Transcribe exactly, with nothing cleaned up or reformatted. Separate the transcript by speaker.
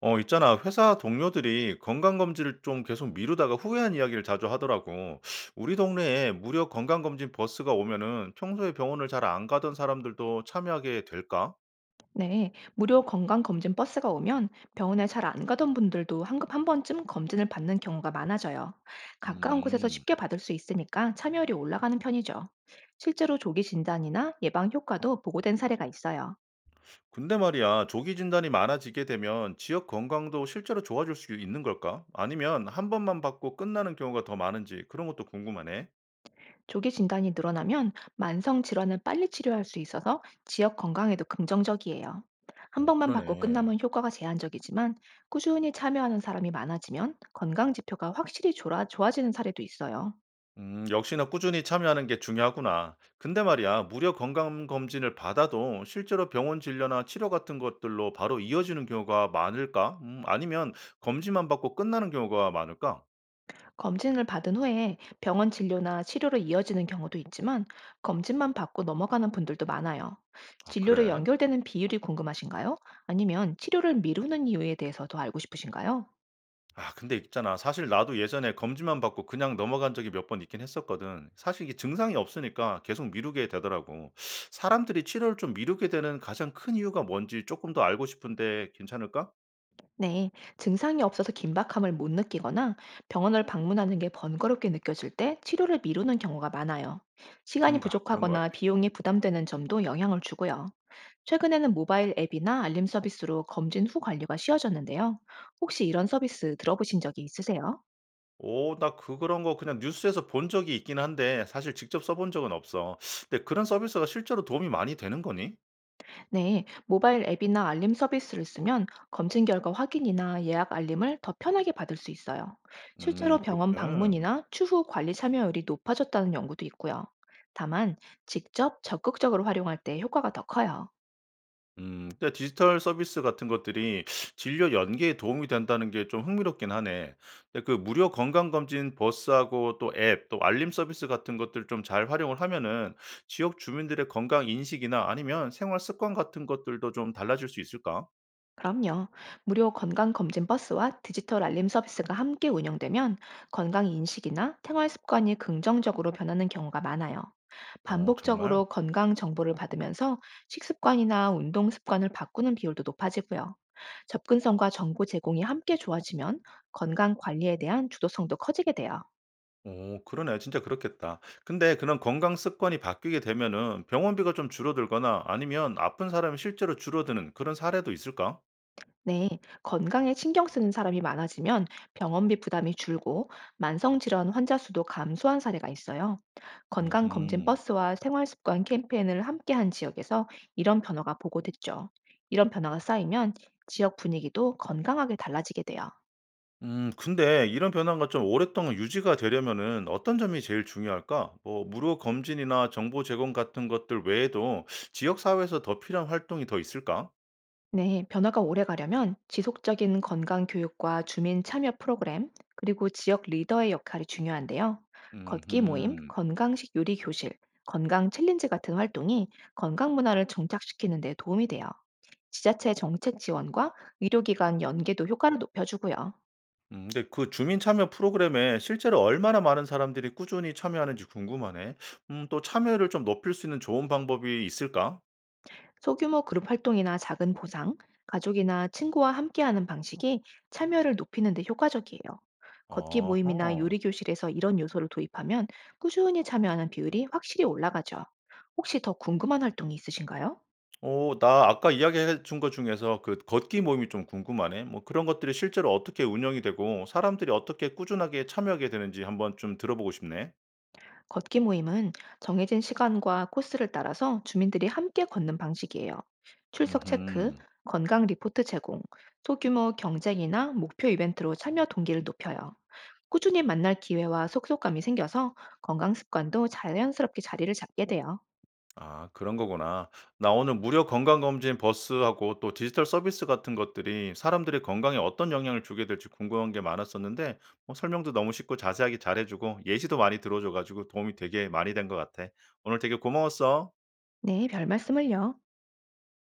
Speaker 1: 어, 있잖아. 회사 동료들이 건강검진을 좀 계속 미루다가 후회한 이야기를 자주 하더라고. 우리 동네에 무료 건강검진 버스가 오면은 평소에 병원을 잘 안 가던 사람들도 참여하게 될까?
Speaker 2: 네, 무료 건강검진 버스가 오면 병원에 잘 안 가던 분들도 한급 한 번쯤 검진을 받는 경우가 많아져요. 가까운 곳에서
Speaker 1: 음,
Speaker 2: 쉽게 받을 수 있으니까 참여율이 올라가는 편이죠. 실제로 조기 진단이나 예방 효과도 보고된 사례가 있어요.
Speaker 1: 근데 말이야, 조기 진단이 많아지게 되면 지역 건강도 실제로 좋아질 수 있는 걸까? 아니면 한 번만 받고 끝나는 경우가 더 많은지 그런 것도 궁금하네.
Speaker 2: 조기 진단이 늘어나면 만성 질환을 빨리 치료할 수 있어서 지역 건강에도 긍정적이에요. 한
Speaker 1: 어,
Speaker 2: 번만 받고
Speaker 1: 그러네.
Speaker 2: 끝나면 효과가 제한적이지만 꾸준히 참여하는 사람이 많아지면 건강 지표가 확실히 좋아, 좋아지는 사례도 있어요.
Speaker 1: 음, 역시나 꾸준히 참여하는 게 중요하구나. 근데 말이야, 무료 건강검진을 받아도 실제로 병원 진료나 치료 같은 것들로 바로 이어지는 경우가 많을까? 음, 아니면 검진만 받고 끝나는 경우가 많을까?
Speaker 2: 검진을 받은 후에 병원 진료나 치료로 이어지는 경우도 있지만 검진만 받고 넘어가는 분들도 많아요.
Speaker 1: 아,
Speaker 2: 진료로
Speaker 1: 그래?
Speaker 2: 연결되는 비율이 궁금하신가요? 아니면 치료를 미루는 이유에 대해서 더 알고 싶으신가요?
Speaker 1: 아, 근데 있잖아. 사실 나도 예전에 검진만 받고 그냥 넘어간 적이 몇 번 있긴 했었거든. 사실 이게 증상이 없으니까 계속 미루게 되더라고. 사람들이 치료를 좀 미루게 되는 가장 큰 이유가 뭔지 조금 더 알고 싶은데 괜찮을까?
Speaker 2: 네, 증상이 없어서 긴박함을 못 느끼거나 병원을 방문하는 게 번거롭게 느껴질 때 치료를 미루는 경우가 많아요. 시간이
Speaker 1: 그런가? 그런 것 같아.
Speaker 2: 부족하거나 비용이 부담되는 점도 영향을 주고요. 최근에는 모바일 앱이나 알림 서비스로 검진 후 관리가 쉬워졌는데요. 혹시 이런 서비스 들어보신 적이 있으세요?
Speaker 1: 오 나 그 그런 거 그냥 뉴스에서 본 적이 있긴 한데 사실 직접 써본 적은 없어. 근데 그런 서비스가 실제로 도움이 많이 되는 거니?
Speaker 2: 네, 모바일 앱이나 알림 서비스를 쓰면 검진 결과 확인이나 예약 알림을 더 편하게 받을 수 있어요. 실제로
Speaker 1: 음
Speaker 2: 병원
Speaker 1: 그렇게.
Speaker 2: 방문이나 추후 관리 참여율이 높아졌다는 연구도 있고요. 다만, 직접 적극적으로 활용할 때 효과가 더 커요.
Speaker 1: 음 근데 디지털 서비스 같은 것들이 진료 연계에 도움이 된다는 게 좀 흥미롭긴 하네. 근데 그 무료 건강검진 버스하고 또 앱 또 알림 서비스 같은 것들 좀 잘 활용을 하면은 지역 주민들의 건강 인식이나 아니면 생활 습관 같은 것들도 좀 달라질 수 있을까?
Speaker 2: 그럼요. 무료 건강검진 버스와 디지털 알림 서비스가 함께 운영되면 건강 인식이나 생활 습관이 긍정적으로 변하는 경우가 많아요.
Speaker 1: 어 정말?
Speaker 2: 반복적으로 건강 정보를 받으면서 식습관이나 운동 습관을 바꾸는 비율도 높아지고요. 접근성과 정보 제공이 함께 좋아지면 건강 관리에 대한 주도성도 커지게 돼요.
Speaker 1: 오, 그러네. 진짜 그렇겠다. 근데 그런 건강 습관이 바뀌게 되면은 병원비가 좀 줄어들거나 아니면 아픈 사람이 실제로 줄어드는 그런 사례도 있을까?
Speaker 2: 네, 건강에 신경 쓰는 사람이 많아지면 병원비 부담이 줄고 만성질환 환자 수도 감소한 사례가 있어요. 건강검진
Speaker 1: 음
Speaker 2: 버스와 생활습관 캠페인을 함께한 지역에서 이런 변화가 보고됐죠. 이런 변화가 쌓이면 지역 분위기도 건강하게 달라지게 돼요.
Speaker 1: 음 근데 이런 변화가 좀 오랫동안 유지가 되려면은 어떤 점이 제일 중요할까? 뭐 무료 검진이나 정보 제공 같은 것들 외에도 지역 사회에서 더 필요한 활동이 더 있을까?
Speaker 2: 네, 변화가 오래 가려면 지속적인 건강 교육과 주민 참여 프로그램, 그리고 지역 리더의 역할이 중요한데요. 걷기 모임,
Speaker 1: 음
Speaker 2: 건강식 요리 교실, 건강 챌린지 같은 활동이 건강 문화를 정착시키는 데 도움이 돼요. 지자체 정책 지원과 의료기관 연계도 효과를 높여주고요.
Speaker 1: 음 근데 그 주민 참여 프로그램에 실제로 얼마나 많은 사람들이 꾸준히 참여하는지 궁금하네. 음 또 참여를 좀 높일 수 있는 좋은 방법이 있을까?
Speaker 2: 소규모 그룹 활동이나 작은 보상, 가족이나 친구와 함께하는 방식이 참여를 높이는 데 효과적이에요. 걷기 모임이나
Speaker 1: 아하.
Speaker 2: 요리 교실에서 이런 요소를 도입하면 꾸준히 참여하는 비율이 확실히 올라가죠. 혹시 더 궁금한 활동이 있으신가요?
Speaker 1: 오나 아까 이야기해 준 것 중에서 그 걷기 모임이 좀 궁금하네. 뭐 그런 것들이 실제로 어떻게 운영이 되고 사람들이 어떻게 꾸준하게 참여하게 되는지 한번 좀 들어보고 싶네.
Speaker 2: 걷기 모임은 정해진 시간과 코스를 따라서 주민들이 함께 걷는 방식이에요. 출석 체크,
Speaker 1: 음흠.
Speaker 2: 건강 리포트 제공, 소규모 경쟁이나 목표 이벤트로 참여 동기를 높여요. 꾸준히 만날 기회와 속속감이 생겨서 건강 습관도 자연스럽게 자리를 잡게 돼요.
Speaker 1: 아 그런 거구나. 나 오늘 무료 건강검진 버스하고 또 디지털 서비스 같은 것들이 사람들의 건강에 어떤 영향을 주게 될지 궁금한 게 많았었는데 뭐 설명도 너무 쉽고 자세하게 잘해 주고 예시도 많이 들어 줘 가지고 도움이 되게 많이 된 것 같아. 오늘 되게 고마웠어.
Speaker 2: 네, 별 말씀을요.